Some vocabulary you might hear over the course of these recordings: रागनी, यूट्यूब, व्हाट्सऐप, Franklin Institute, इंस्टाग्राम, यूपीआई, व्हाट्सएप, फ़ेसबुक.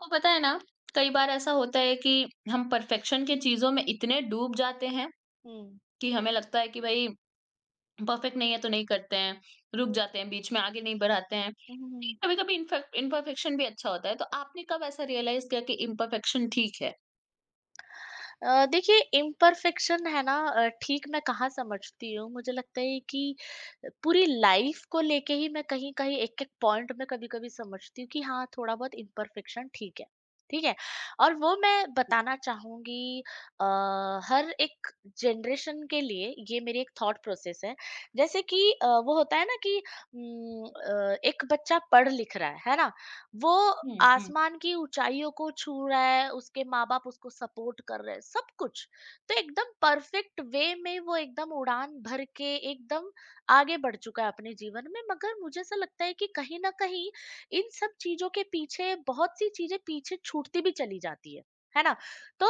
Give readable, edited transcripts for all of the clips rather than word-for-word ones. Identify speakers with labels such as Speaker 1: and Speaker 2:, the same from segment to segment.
Speaker 1: आपको पता है ना, कई बार ऐसा होता है कि हम परफेक्शन की चीज़ों में इतने डूब जाते हैं
Speaker 2: हुँ।
Speaker 1: कि हमें लगता है कि भई परफेक्ट नहीं है तो नहीं करते हैं, रुक जाते हैं बीच में, आगे नहीं बढ़ाते हैं।
Speaker 2: हुँ, हुँ, हुँ।
Speaker 1: कभी-कभी इनफेक्ट इम्परफेक्शन भी अच्छा होता है, तो आपने कब ऐसा रियलाइज़ किया कि इम्परफेक्शन ठीक है?
Speaker 2: देखिए, इम्परफेक्शन है ना, ठीक मैं कहाँ समझती हूँ, मुझे लगता है कि पूरी लाइफ़ को लेके ही मैं कहीं-कहीं एक-एक पॉइंट में कभी-कभी समझती हूँ कि हाँ, थोड़ा-बहुत इम्परफेक्शन ठीक है, ठीक है? और वो मैं बताना चाहूँगी। अ, हर एक जनरेशन के लिए ये मेरी एक थॉट प्रोसेस है। जैसे कि वो होता है ना कि एक बच्चा पढ़-लिख रहा है ना? वो
Speaker 1: हुँ, हुँ।
Speaker 2: आसमान की ऊँचाइयों को छू रहा है, उसके माँ-बाप उसको सपोर्ट कर रहे हैं, सब कुछ। तो एकदम परफ़ेक्ट वे में वो एकदम उड़ान भर के एकदम आगे बढ़ चुका है अपने जीवन में, मगर मुझे ऐसा लगता है कि कहीं न कहीं इन सब चीज़ों के पीछे बहुत-सी चीज़ें पीछे छूटती भी चली जाती है ना? तो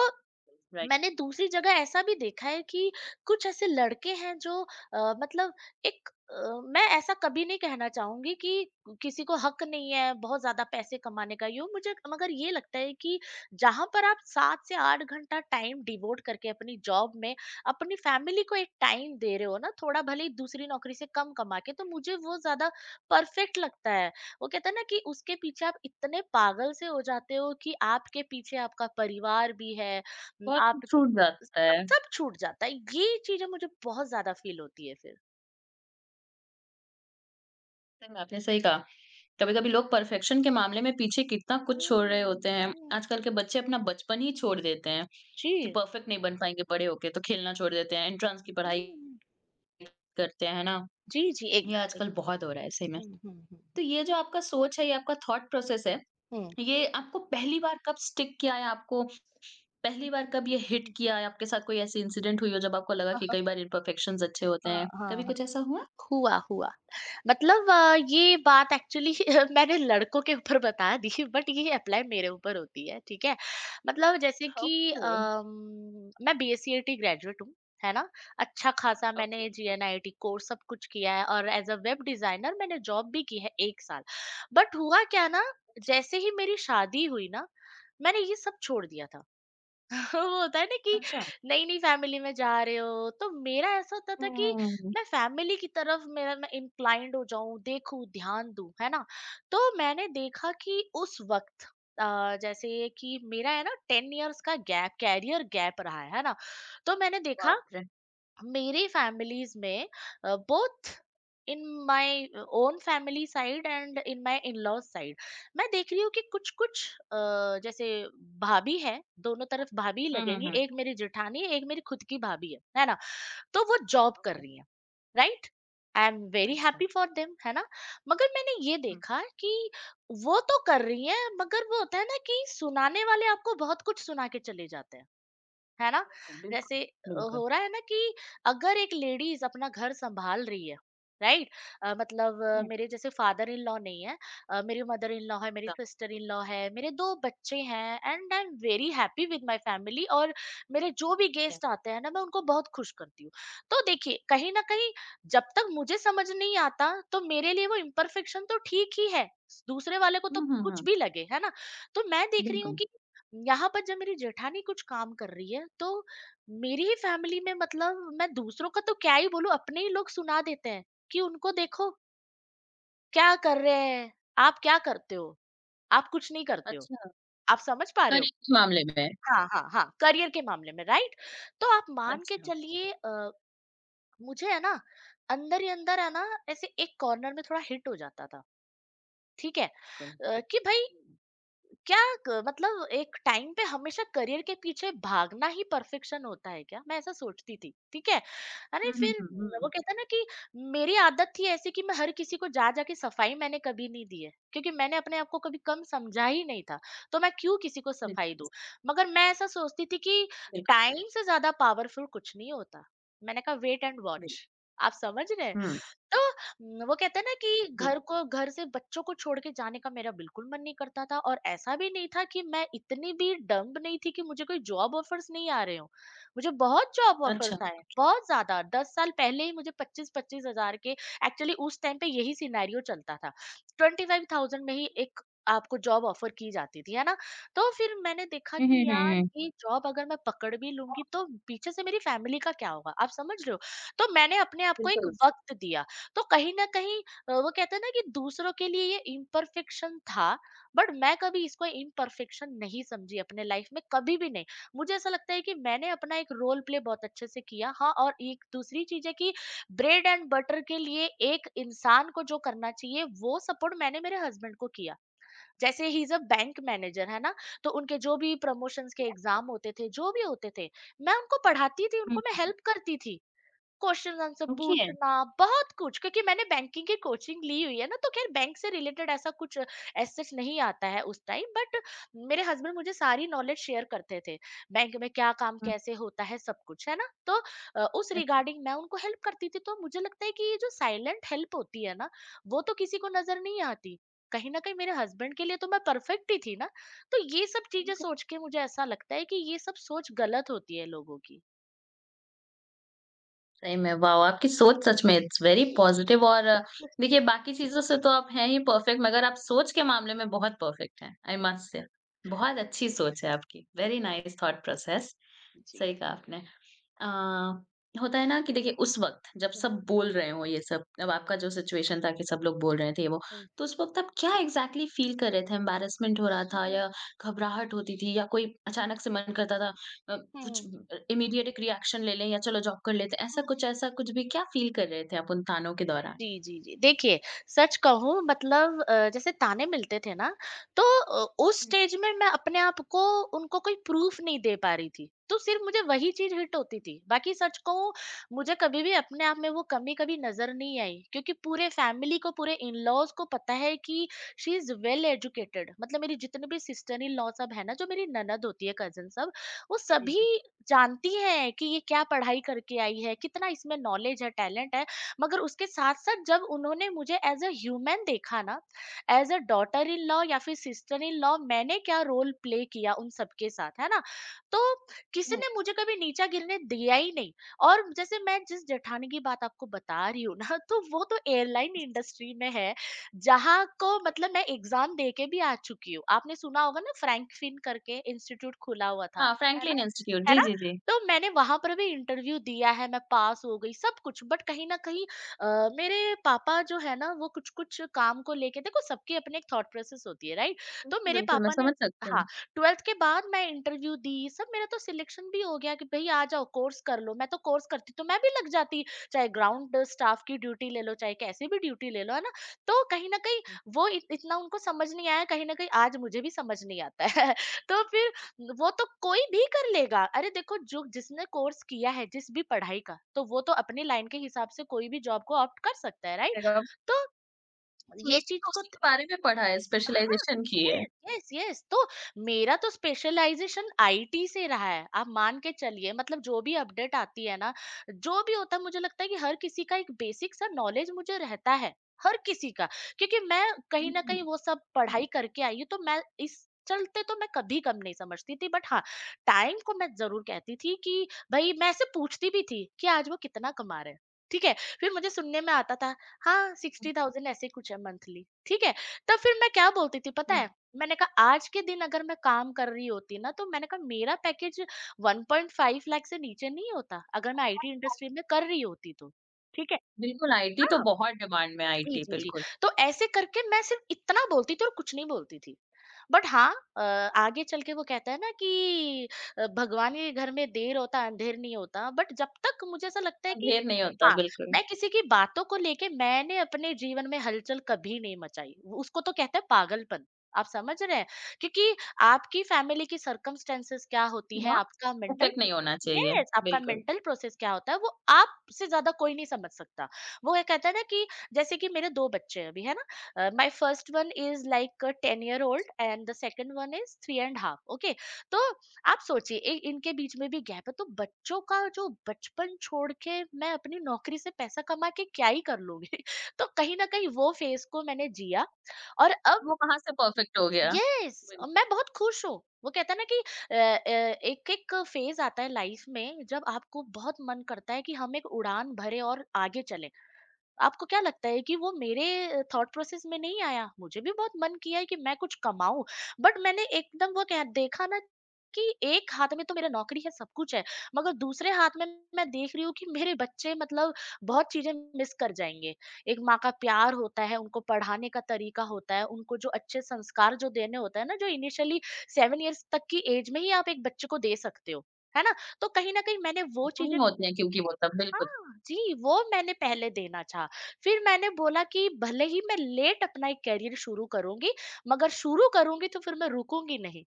Speaker 1: राइट।
Speaker 2: मैंने दूसरी जगह ऐसा भी देखा है कि कुछ ऐसे लड़के हैं जो मतलब एक मैं ऐसा कभी नहीं कहना चाहूंगी कि किसी को हक नहीं है बहुत ज्यादा पैसे कमाने का, यूं मुझे, मगर ये लगता है कि जहां पर आप 7 से 8 घंटा टाइम डिवोट करके अपनी जॉब में अपनी फैमिली को एक टाइम दे रहे हो ना, थोड़ा भले ही दूसरी नौकरी से कम कमा के, तो मुझे वो ज्यादा परफेक्ट लगता है। वो कहते हैं ना कि उसके पीछे आप इतने पागल से हो जाते हो कि आपके पीछे आपका परिवार भी है।
Speaker 1: बहुत कुछ
Speaker 2: आपके
Speaker 1: छूट जाता
Speaker 2: सब
Speaker 1: है।
Speaker 2: सब छूट जाता है, ये चीजें मुझे बहुत ज्यादा फील होती है फिर।
Speaker 1: सही में आपने सही कहा। कभी-कभी लोग परफेक्शन के मामले में पीछे कितना कुछ छोड़ रहे
Speaker 2: हम्म,
Speaker 1: होते हैं। आजकल
Speaker 2: हम्म,
Speaker 1: के बच्चे अपना बचपन ही छोड़ देते हैं कि
Speaker 2: जी।
Speaker 1: परफेक्ट नहीं बन पाएँगे बड़े होके, तो खेलना छोड़ देते हैं, एंट्रेंस की पढ़ाई
Speaker 2: हम्म,
Speaker 1: करते हैं ना।
Speaker 2: जी जी,
Speaker 1: ये
Speaker 2: एकदम
Speaker 1: आजकल बहुत हो रहा है सही में।
Speaker 2: एकदम। हम्म।
Speaker 1: तो ये जो आपका सोच है, ये आपका थॉट प्रोसेस है,
Speaker 2: हम्म,
Speaker 1: ये आपको पहली बार कब स्टिक किया, या आपको पहली बार
Speaker 2: हम्म,
Speaker 1: कब ये हिट
Speaker 2: हम्म।
Speaker 1: किया, या आपके साथ कोई ऐसी इंसिडेंट हुई हो जब आपको लगा कि
Speaker 2: हाँ
Speaker 1: कई बार इम्परफेक्शंस अच्छे होते
Speaker 2: हाँ
Speaker 1: हैं? कभी
Speaker 2: हाँ,
Speaker 1: कुछ ऐसा हुआ?
Speaker 2: हुआ, हुआ। मतलब ये बात एक्चुअली मैंने लड़कों के ऊपर बता दी, बट ये अप्लाई मेरे ऊपर होती है, ठीक है? मतलब जैसे कि
Speaker 1: ओके।
Speaker 2: मैं बीएससीआईटी ग्रेजुएट हूँ, है ना? अच्छा-खासा
Speaker 1: ओके।
Speaker 2: मैंने
Speaker 1: ओक
Speaker 2: जीएनआईटी कोर्स सब कुछ किया है और एज़ अ वेब डिज़ाइनर मैंने जॉब भी की है 1 साल। बट हुआ क्या ना,
Speaker 1: अच्छा।
Speaker 2: जैसे ही मेरी शादी हुई ना, मैंने ये सब छोड़ दिया था। वो होता है ना कि
Speaker 1: अच्छा।
Speaker 2: नई नई फैमिली में जा रहे हो, तो मेरा ऐसा होता था कि
Speaker 1: हुँ,
Speaker 2: मैं फैमिली की तरफ, मेरा मैं इंक्लाइंड हो जाऊं, देखूं, ध्यान दूं, है ना? तो मैंने देखा कि उस वक्त जैसे कि मेरा है ना 10 इयर्स का गैप, कैरियर गैप रहा है ना? तो मैंने देखा
Speaker 1: बाप रे!
Speaker 2: मेरी फैमिलीज में, both in my own family side and in my in laws side, मैं देख रही हूँ कि कुछ कुछ, अ, जैसे भाभी है, दोनों तरफ भाभी ही
Speaker 1: हुँ, हुँ,
Speaker 2: लगेंगी,
Speaker 1: हुँ।
Speaker 2: एक मेरी जेठानी है, एक मेरी खुद की भाभी है ना? तो वो जॉब कर
Speaker 1: ओके,
Speaker 2: रही है, राइट। आई एम वेरी
Speaker 1: अच्छा।
Speaker 2: हैप्पी फॉर देम, है ना? मगर मैंने ये
Speaker 1: हुँ,
Speaker 2: देखा कि वो तो कर रही है, मगर वो होता है ना कि सुनाने वाले आपको बहुत कुछ सुना के चले जाते हैं, है ना?
Speaker 1: बिल्कुल, बिल्कुल,
Speaker 2: जैसे
Speaker 1: बिल्कुल।
Speaker 2: हो रहा है ना कि अगर एक लेडीज़ अपना घर सँभाल रही है, राइट?
Speaker 1: हुँ,
Speaker 2: मेरे जैसे फादर इन लॉ नहीं है, मेरी मदर इन लॉ है, मेरी
Speaker 1: समझ
Speaker 2: सिस्टर इन लॉ है, मेरे 2 बच्चे हैं, and I am very happy with my family, और मेरे जो भी
Speaker 1: गया।
Speaker 2: गेस्ट आते हैं ना, मैं उनको बहुत खुश करती हूँ। तो देखिए, कहीं न कहीं जब तक मुझे समझ नहीं आता, तो मेरे लिए वो इम्परफेक्शन तो ठीक ही है, दूसरे वाले को तो
Speaker 1: हुँ, हुँ,
Speaker 2: कुछ
Speaker 1: हुँ,
Speaker 2: भी लगे, है ना? तो मैं देख रही हूँ
Speaker 1: बिल्कुल।
Speaker 2: कि यहाँ पर जब मेरी जेठानी कुछ काम कर रही है, तो मेरी ही फैमिली में, मतलब मैं दूसरों का तो क्या ही बोलूं, अपने ही लोग सुना देते हैं कि उनको देखो क्या कर रहे हैं, आप क्या करते हो, आप कुछ नहीं करते हो,
Speaker 1: अच्छा,
Speaker 2: आप समझ पा रहे हो?
Speaker 1: करियर के मामले में?
Speaker 2: हाँ हाँ हाँ, करियर के मामले में, राइट। तो आप मान के
Speaker 1: अच्छा,
Speaker 2: चलिए, मुझे है ना अंदर ही अंदर है ना, ऐसे एक कॉर्नर में थोड़ा हिट हो जाता था, ठीक है।
Speaker 1: बिल्कुल।
Speaker 2: कि भाई,
Speaker 1: हुँ।
Speaker 2: क्या क मतलब एक टाइम पे हमेशा करियर के पीछे भागना ही परफेक्शन होता है क्या? मैं ऐसा सोचती थी, ठीक है। अरे
Speaker 1: हुँ,
Speaker 2: फिर
Speaker 1: हुँ, हुँ,
Speaker 2: वो
Speaker 1: हुँ।
Speaker 2: कहते हैं ना कि मेरी आदत थी ऐसी कि मैं हर किसी को जा-जा के सफाई मैंने कभी नहीं दी है, क्योंकि मैंने अपने आप को कभी कम समझा ही नहीं था, तो मैं क्यों किसी को सफाई
Speaker 1: बिल्कुल
Speaker 2: दूँ?
Speaker 1: सही,
Speaker 2: मगर मैं ऐसा सोचती थी कि
Speaker 1: बिल्कुल,
Speaker 2: टाइम से ज़्यादा पावरफुल कुछ नहीं होता। मैंने कहा वेट एंड
Speaker 1: बिल्कुल।
Speaker 2: वॉच। आप समझ रहे हैं?
Speaker 1: हुँ,
Speaker 2: तो वो कहते हैं ना कि
Speaker 1: बिल
Speaker 2: घर को, घर से बच्चों को छोड़ के जाने का मेरा बिल्कुल मन नहीं करता था, और ऐसा भी नहीं था कि मैं इतनी भी डम्ब नहीं थी कि मुझे कोई जॉब ऑफर्स नहीं आ रहे हों। मुझे बहुत जॉब
Speaker 1: अच्छा।
Speaker 2: ऑफर्स आए, बहुत ज़्यादा। 10 साल पहले ही मुझे 25-25 हज़ार के, एक्चुअली उस टाइम पे यही सिनेरियो चलता था। 25,000 में ही एक आपको जॉब ऑफर की जाती थी, है ना? तो फिर मैंने देखा
Speaker 1: हुँ, हुँ,
Speaker 2: कि
Speaker 1: हुँ,
Speaker 2: यार,
Speaker 1: हुँ।
Speaker 2: ये जॉब अगर मैं पकड़ भी
Speaker 1: हाँ,
Speaker 2: लूँगी तो पीछे से मेरी फैमिली का क्या होगा? आप समझ रहे हो? तो मैंने अपने आप को एक
Speaker 1: बिल्कुल।
Speaker 2: वक़्त दिया। तो कहीं न कहीं वो कहते हैं ना कि दूसरों के लिए ये इम्परफेक्शन था, बट मैं कभी इसको इम्परफेक्शन नहीं समझी अपने लाइफ में, कभी भी नहीं। मुझे ऐसा लगता है कि मैंने अपना एक रोल प्ले बहुत अच्छे से किया। हाँ, और एक दूसरी चीज़ है कि ब्रेड एंड बटर के लिए एक इंसान को जो करना चाहिए, वो सपोर्ट मैंने मेरे हस्बैंड को किया। जैसे ही इज़ अ बैंक मैनेजर, है ना? तो उनके जो भी प्रमोशंस के एग्ज़ाम होते थे, जो भी होते थे, मैं उनको पढ़ाती थी, उनको
Speaker 1: हुँ,
Speaker 2: मैं हेल्प करती थी। क्वेश्चन आंसर
Speaker 1: देखिए।
Speaker 2: पूछना, बहुत कुछ, क्योंकि मैंने बैंकिंग की कोचिंग ली हुई है ना, तो खैर बैंक से रिलेटेड ऐसा कुछ एज सच नहीं आता है उस टाइम, बट मेरे हस्बैंड मुझे सारी नॉलेज शेयर करते थे, बैंक में क्या काम
Speaker 1: हुँ,
Speaker 2: कैसे होता है, सब कुछ, है ना? तो उस
Speaker 1: अच्छा,
Speaker 2: रिगार्डिंग मैं उनको हेल्प करती थी, तो मुझे लगता है कि ये जो साइलेंट हेल्प होती है ना, वो तो किसी को नजर नहीं आती। कहीं ना कहीं मेरे हस्बैंड के लिए तो मैं परफेक्ट ही थी ना। तो ये सब चीजें
Speaker 1: बिल्कुल।
Speaker 2: सोच के मुझे ऐसा लगता है कि ये सब सोच गलत होती है लोगों की।
Speaker 1: सही में वाओ! आपकी सोच सच में इट्स वेरी पॉज़िटिव। और देखिए, बाकी चीज़ों से तो आप हैं ही परफ़ेक्ट, मगर आप सोच के मामले में बहुत परफ़ेक्ट हैं, आई मस्ट से। बहुत अच्छी सोच है आपकी। Very nice thought process.
Speaker 2: う
Speaker 1: सही
Speaker 2: ん
Speaker 1: कहा आपने। अ, होता है ना कि देखिए, उस वक़्त जब
Speaker 2: うん
Speaker 1: सब बोल रहे हों ये सब, अब आपका जो सिचुएशन था कि सब लोग बोल रहे थे वो,
Speaker 2: うんうん
Speaker 1: तो उस वक़्त आप क्या एग्ज़ैक्टली फ़ील कर रहे थे? एम्बैरेसमेंट हो रहा था, या
Speaker 2: う
Speaker 1: घबराहट होती थी, या कोई अचानक
Speaker 2: ん
Speaker 1: से मन करता था अ,
Speaker 2: う
Speaker 1: कुछ
Speaker 2: ん
Speaker 1: इमीडिएट एक रिएक्शन ले लें, या चलो जॉब कर लेते हैं,
Speaker 2: う
Speaker 1: ऐसा
Speaker 2: ん。
Speaker 1: कुछ, ऐसा कुछ भी क्या फ़ील कर रहे थे आप उन तानों के दौरान?
Speaker 2: जी, जी, जी। देखिए, सच कहूँ मतलब जैसे ताने मिलते थे ना, तो
Speaker 1: हुँ,
Speaker 2: उस
Speaker 1: हुँ।
Speaker 2: स्टेज में मैं अपने आप को उनको कोई प्रूफ़ नहीं दे पा रही थी। तो सिर्फ़ मुझे वही चीज़ हिट होती थी। बाकी सच कहूँ, मुझे कभी भी अपने आप में वो कमी कभी नज़र नहीं आई, क्योंकि पूरे फ़ैमिली को, पूरे इन-लॉज़ को पता है कि शी इज़ वेल एजुकेटेड। मतलब मेरी जितनी भी सिस्टर इन-लॉ सब है ना, जो मेरी ननद होती है, कज़िन सब, वो
Speaker 1: जी, जी,
Speaker 2: सभी
Speaker 1: जी।
Speaker 2: जानती हैं कि ये क्या पढ़ाई करके आई है, कितना इसमें नॉलेज है, टैलेंट है। मगर उसके साथ-साथ जब उन्होंने मुझे एज़ अ ह्यूमन देखा ना, as a daughter in law या फिर सिस्टर इन लॉ, मैंने क्या रोल प्ले किया उन सबके साथ, है ना? तो किसी
Speaker 1: हुँ,
Speaker 2: ने मुझे कभी नीचा गिरने दिया ही नहीं। और जैसे मैं जिस जेठानी की बात आपको बता रही हूँ ना, तो वो तो एयरलाइन
Speaker 1: जी, जी,
Speaker 2: इंडस्ट्री में है, जहाँ को
Speaker 1: ओके।
Speaker 2: मतलब मैं एग्ज़ाम दे के भी आ चुकी हूँ। आपने सुना होगा ना, फ्रैंक फिन करके इंस्टीट्यूट खुला हुआ था,
Speaker 1: हाँ,
Speaker 2: है ना?
Speaker 1: Franklin Institute.
Speaker 2: है
Speaker 1: जी,
Speaker 2: ना?
Speaker 1: जी, जी।
Speaker 2: तो मैंने वहाँ पर भी इंटरव्यू दिया है, मैं पास हो गई, सब कुछ, बट कहीं न कहीं अ, मेरे पापा जो है ना, वो कुछ-कुछ काम को लेके, देखो सबकी अपनी एक थॉट प्रोसेस होती है, राइट? तो
Speaker 1: बिल्कुल,
Speaker 2: मेरे
Speaker 1: बिल्कुल मैं
Speaker 2: पापा ने,
Speaker 1: समझ सकती
Speaker 2: हाँ,
Speaker 1: हूँ।
Speaker 2: 12th के बाद मैं इंटरव्यू दी, सब मेरा तो सिलेक्शन भी हो गया कि भई आ जाओ कोर्स कर लो। मैं तो कोर्स करती तो मैं भी लग जाती, चाहे ग्राउंड स्टाफ की ड्यूटी ले लो, चाहे कैसी भी ड्यूटी ले लो, है ना? तो कहीं न कहीं वो इत इतना उनको समझ नहीं आया, कहीं न कहीं आज मुझे भी समझ नहीं आता है। तो फिर वो तो कोई भी कर लेगा। अरे देखो, जो जिसने कोर्स किया है, जिस भी पढ़ाई का, तो वो तो अपनी लाइन के हिसाब से कोई भी जॉब को ऑप्ट कर सकता है, राइट? तो
Speaker 1: उसने
Speaker 2: ये चीज़
Speaker 1: तो
Speaker 2: को,
Speaker 1: उसी के बारे में पढ़ा है,
Speaker 2: हाँ,
Speaker 1: स्पेशलाइज़ेशन की है।
Speaker 2: Yes, yes, yes. तो मेरा तो स्पेशलाइज़ेशन आईटी से रहा है, आप मान के चलिए, मतलब जो भी अपडेट आती है ना, जो भी होता है, मुझे लगता है कि हर किसी का एक बेसिक सा नॉलेज मुझे रहता है, हर किसी का, क्योंकि मैं कहीं
Speaker 1: हुँ,
Speaker 2: न
Speaker 1: हुँ।
Speaker 2: कहीं वो सब
Speaker 1: हुँ,
Speaker 2: पढ़ाई करके आई हूँ, तो मैं इस चलते तो मैं कभी कम नहीं समझती थी, बट हाँ, टाइम को मैं ज़रूर कहती थी कि भई मैं इससे पूछती भी थी कि आज वो कितना कमा रहे हैं? ठीक है? फिर मुझे सुनने में आता था। हाँ, 60,000 ऐसे कुछ है मंथली। ठीक है? तब फिर मैं क्या बोलती थी पता
Speaker 1: हुँ।
Speaker 2: है? मैंने कहा आज के दिन अगर मैं काम कर रही होती ना, तो मैंने कहा मेरा पैकेज 1.5 लाख से नीचे नहीं होता, अगर मैं आईटी इंडस्ट्री में कर रही होती तो। ठीक है?
Speaker 1: बिल्कुल, आईटी तो
Speaker 2: हाँ।
Speaker 1: बहुत डिमांड में है,
Speaker 2: जी,
Speaker 1: आईटी
Speaker 2: जी, जी।
Speaker 1: बिल्कुल।
Speaker 2: तो ऐसे करके मैं सिर्फ़ इतना बोलती थी और कुछ नहीं बोलती थी। बट हाँ, अ, आगे चल के वो कहता है ना कि भगवान के घर में देर होता अंधेर नहीं होता। बट जब तक मुझे ऐसा लगता है कि
Speaker 1: अंधेर नहीं होता,
Speaker 2: हाँ,
Speaker 1: बिल्कुल।
Speaker 2: मैं किसी की बातों को लेके मैंने अपने जीवन में हलचल कभी नहीं मचाई। उसको तो कहते हैं पागलपन। आप समझ रहे हैं, क्योंकि आपकी फैमिली की सर्कमस्टेंसेस क्या होती है,
Speaker 1: बहुत
Speaker 2: आपका मेंटल,
Speaker 1: परफेक्ट नहीं होना चाहिए,
Speaker 2: यस आपका
Speaker 1: बिल्कुल।
Speaker 2: मेंटल प्रोसेस क्या होता है वो आपसे ज्यादा कोई नहीं समझ सकता। वो ये कहता है ना कि जैसे कि मेरे दो बच्चे हैं अभी, है ना? My first one is like a 10 year old and the second one is three and half. Okay, तो आप सोचिए इनके बीच में भी गैप है, तो बच्चों का जो बचपन छोड़ के मैं अपनी नौकरी से पैसा कमा के क्या ही कर लूंगी। तो कहीं ना कहीं वो फेस को मैंने जिया और अब
Speaker 1: वो कहाँ से परफेक्ट हो गया?
Speaker 2: यस
Speaker 1: बिल्कुल।
Speaker 2: मैं बहुत खुश हूँ। वो कहता है ना कि एक एक फेज आता है लाइफ में जब आपको बहुत मन करता है कि हम एक उड़ान भरे और आगे चले। आपको क्या लगता है कि वो मेरे थॉट प्रोसेस में नहीं आया? मुझे भी बहुत मन किया है कि मैं कुछ कमाऊँ, बट मैंने एकदम वो क्या देखा ना कि एक हाथ में तो मेरा नौकरी है, सब कुछ है, मगर दूसरे हाथ में मैं देख रही हूँ कि मेरे बच्चे मतलब बहुत चीज़ें मिस कर जाएँगे। एक माँ का प्यार होता है, उनको पढ़ाने का तरीका होता है, उनको जो अच्छे संस्कार जो देने होता है ना, जो इनिशियली 7 इयर्स तक की एज में ही आप एक बच्चे को दे सकते हो, है ना? तो कहीं न कहीं मैंने वो चीज़ें
Speaker 1: गुम होते हैं क्योंकि वो तब, बिल्कुल।
Speaker 2: हाँ, जी, वो मैंने पहले देना चाहा। फिर मैंने बोला कि भले ही मैं लेट अपना एक करियर शुरू करूँगी, मगर शुरू करूँगी तो फिर मैं रुकूँगी नहीं।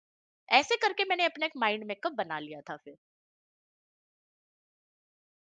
Speaker 2: ऐसे करके मैंने अपना एक माइंड मेकअप बना लिया था फिर।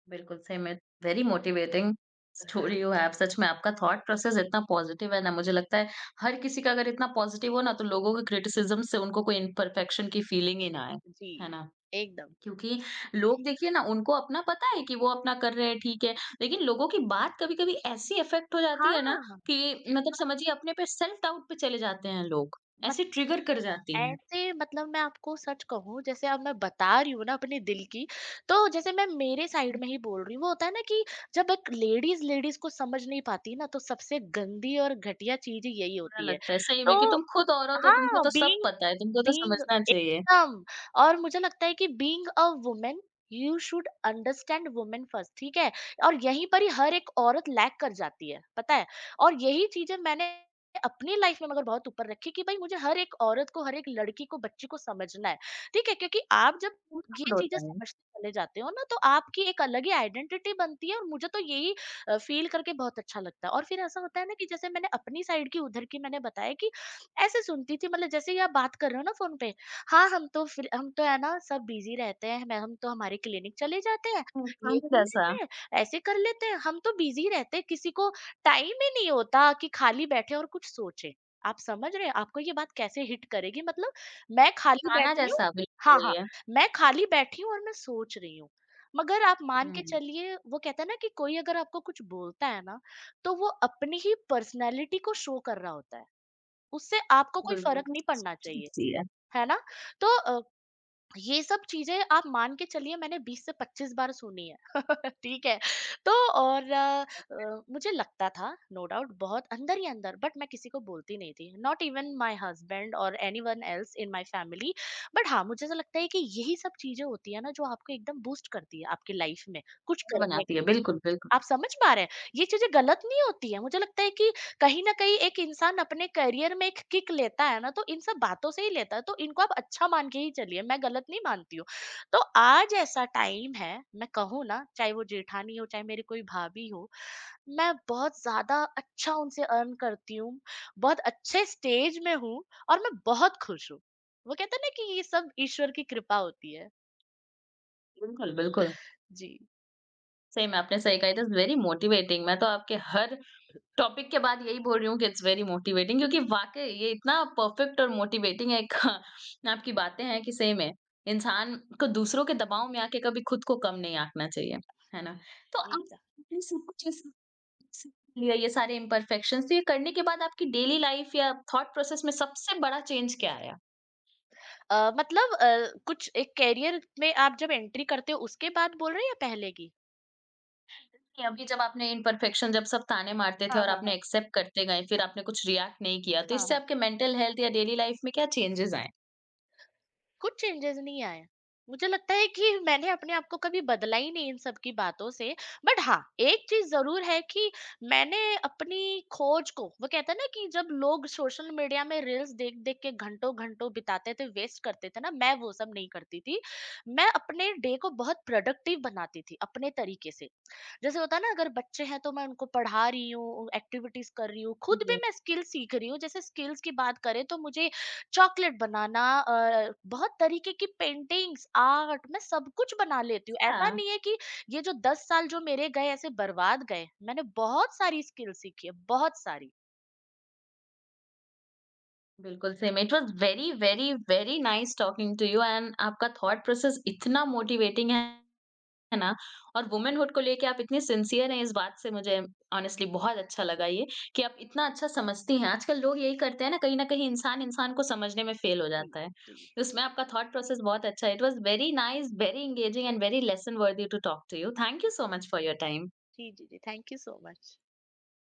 Speaker 1: बिल्कुल। सही में very motivating story you have. सच में आपका थॉट प्रोसेस इतना पॉज़िटिव है ना, मुझे लगता है हर किसी का अगर इतना पॉज़िटिव हो ना, तो लोगों के क्रिटिसिज़्म से उनको कोई इम्परफेक्शन की फीलिंग ही ना आए,
Speaker 2: जी,
Speaker 1: है ना?
Speaker 2: एकदम।
Speaker 1: क्योंकि लोग, देखिए ना, उनको अपना पता है कि वो अपना कर रहे हैं, ठीक है। लेकिन लोगों की बात कभी-कभी ऐसी इफेक्ट हो जाती है ना,
Speaker 2: हाँ,
Speaker 1: कि मतलब समझिए, अपने पे सेल्फ डाउट पे चले जाते हैं लोग,
Speaker 2: मत
Speaker 1: ऐसे ट्रिगर कर जाती है।
Speaker 2: ऐसे, मतलब मैं आपको सच कहूँ, जैसे अब मैं बता रही हूँ ना अपने दिल की, तो जैसे मैं मेरे साइड
Speaker 1: मुझे
Speaker 2: में ही बोल रही हूँ, वो होता है ना कि जब एक लेडीज़, लेडीज़ को समझ नहीं पाती ना, तो सबसे गंदी और घटिया चीज़ यही
Speaker 1: बुरा
Speaker 2: होती है।
Speaker 1: लगता है सही में कि
Speaker 2: तो
Speaker 1: तुम खुद औरत हो, तो तुमको
Speaker 2: हाँ,
Speaker 1: तो सब
Speaker 2: बीइंग
Speaker 1: पता है, तुमको तो
Speaker 2: बीइंग
Speaker 1: समझना चाहिए।
Speaker 2: एकदम, और मुझे लगता है कि being a woman, you should understand women first. ठीक है, और यहीं पर ही हर एक औरत लैग कर जाती है पता है, और यही चीजें मैंने अपनी लाइफ में मगर बहुत ऊपर रखी कि भाई मुझे हर एक औरत को, हर एक लड़की को, बच्ची को समझना है। ठीक है, क्योंकि आप जब
Speaker 1: वो
Speaker 2: ये
Speaker 1: सब
Speaker 2: चीजें
Speaker 1: होता है।
Speaker 2: समझते चले जाते हो ना, तो आपकी एक अलग ही आइडेंटिटी बनती है और मुझे तो यही फील करके बहुत अच्छा लगता है। और फिर ऐसा होता है ना कि जैसे मैंने अपनी साइड की उधर की मैंने बताया कि ऐसे सुनती थी, मतलब जैसे ही आप बात कर रहे हो ना फ़ोन पे, हाँ, हम तो है ना, सब बिज़ी रहते हैं, मैं हम तो हमारे क्लिनिक चले जाते हैं, ये
Speaker 1: खाने
Speaker 2: कर
Speaker 1: जैसा।
Speaker 2: लेते हैं, ऐसे कर लेते हैं, हम तो बिज़ी रहते हैं, किसी को टाइम ही नहीं होता कि खाली बैठे और कुछ सोचे। आप समझ रहे हैं? आपको ये बात कैसे हिट करेगी, मतलब मैं खाली
Speaker 1: खाना
Speaker 2: बैठी हूँ,
Speaker 1: जैसा,
Speaker 2: हाँ,
Speaker 1: बिल्कुल
Speaker 2: हाँ,
Speaker 1: ये।
Speaker 2: मैं खाली बैठी हूँ और मैं सोच रही हूँ। मगर आप मान के
Speaker 1: हम्म,
Speaker 2: चलिए वो कहते हैं ना कि कोई अगर आपको कुछ बोलता है ना, तो वो अपनी ही पर्सनैलिटी को शो कर रहा होता है। उससे आपको कोई फ़र्क
Speaker 1: बिल्कुल।
Speaker 2: नहीं पड़ना चाहिए,
Speaker 1: जी है।
Speaker 2: है ना? तो ये सब चीज़ें आप मान के चलिए मैंने 20 से 25 बार सुनी है, ठीक है? तो और मुझे लगता था नो डाउट बहुत अंदर ही अंदर, बट मैं किसी को बोलती नहीं थी, नॉट इवन माय हस्बैंड और anyone else in my family. But हाँ, मुझे ऐसा लगता है कि यही सब चीज़ें होती है ना जो आपको एकदम बूस्ट करती है आपकी लाइफ़ में, कुछ करने।
Speaker 1: बनाती है, बिल्कुल, बिल्कुल।
Speaker 2: आप समझ पा रहे हैं? ये चीज़ें गलत नहीं होती है। मुझे लगता है कि कहीं न कहीं एक इंसान अपने करियर में एक किक लेता है ना, तो इन सब बातों से ही लेता है, तो इनको आप अच्छा मान के ही चलिए, मैं गलत नहीं मानती हूँ। तो आज ऐसा टाइम है, मैं कहूँ ना, चाहे वो जेठानी हो, चाहे मेरी कोई भाभी हो, मैं बहुत ज़्यादा अच्छा उनसे अर्न करती हूँ, बहुत अच्छे स्टेज में हूँ और मैं बहुत खुश हूँ। वो कहते हैं ना कि ये सब ईश्वर की कृपा होती है।
Speaker 1: बिल्कुल, बिल्कुल
Speaker 2: जी।
Speaker 1: सही में आपने सही कहा, इट इज वेरी मोटिवेटिंग। मैं तो आपके हर टॉपिक के बाद यही बोल रही हूँ कि इट्स वेरी मोटिवेटिंग, क्योंकि वाक़ई ये इतना परफ़ेक्ट और मोटिवेटिंग एक आपकी बातें हैं कि सही में इंसान को दूसरों के दबाव में आके कभी खुद को कम नहीं आंकना चाहिए, है ना? तो
Speaker 2: जी
Speaker 1: आप
Speaker 2: का।
Speaker 1: ये सब कुछ, ये सब सीख लिया, ये सारे इम्परफेक्शंस, तो ये करने के बाद आपकी डेली लाइफ़ या थॉट प्रोसेस में सबसे बड़ा चेंज क्या आया?
Speaker 2: मतलब कुछ एक करियर में आप जब एंट्री करते हो उसके बाद बोल रहे हैं या पहले की?
Speaker 1: कि अभी जब आपने इम्परफेक्शन, जब सब ताने मारते थे
Speaker 2: हाँ,
Speaker 1: और
Speaker 2: हाँ,
Speaker 1: आपने
Speaker 2: हाँ।
Speaker 1: एक्सेप्ट करते गए, फिर
Speaker 2: हाँ,
Speaker 1: आपने कुछ रिएक्ट नहीं किया, तो
Speaker 2: हाँ,
Speaker 1: इससे
Speaker 2: हाँ।
Speaker 1: आपके मेंटल हेल्थ या डेली लाइफ़ में क्या चेंजेस आए?
Speaker 2: कुछ चेंजेस नहीं आए। मुझे लगता है कि मैंने अपने आप को कभी बदला ही नहीं इन सब की बातों से। बट हाँ, एक चीज़ ज़रूर है कि मैंने अपनी खोज को, वो कहते हैं ना कि जब लोग सोशल मीडिया में रील्स देख-देख के घंटों-घंटों बिताते थे, वेस्ट करते थे ना, मैं वो सब नहीं करती थी। मैं अपने डे को बहुत प्रोडक्टिव बनाती थी अपने तरीके से। जैसे होता है ना अगर बच्चे हैं, तो मैं उनको पढ़ा रही हूँ, एक्टिविटीज कर रही हूँ,
Speaker 1: जी,
Speaker 2: खुद भी
Speaker 1: जी।
Speaker 2: मैं स्किल सीख रही हूँ। जैसे स्किल्स की बात करें, तो मुझे चॉकलेट बनाना, बहुत तरीके की पेंटिंग्स, आर्ट, मैं सब कुछ बना लेती हूँ। ऐसा
Speaker 1: हाँ।
Speaker 2: नहीं है कि ये जो 10 साल जो मेरे गए ऐसे बर्बाद गए, मैंने बहुत सारी स्किल सीखी है, बहुत सारी।
Speaker 1: बिल्कुल same. It was very very very nice talking to you, and आपका थॉट प्रोसेस इतना मोटिवेटिंग है ना? और वुमेनहुड को लेके आप इतने सिंसियर हैं, इस बात से मुझे ऑनेस्टली बहुत अच्छा लगा, ये कि आप इतना अच्छा समझती हैं। आजकल लोग यही करते हैं ना, कहीं ना कहीं इंसान इंसान को समझने में फेल हो
Speaker 2: जी,
Speaker 1: जाता है।
Speaker 2: जी,
Speaker 1: उसमें आपका थॉट प्रोसेस बहुत अच्छा है। It was very nice, very engaging and very lesson worthy to talk to you. Thank you so much for your time.
Speaker 2: जी, जी, जी। Thank you so much.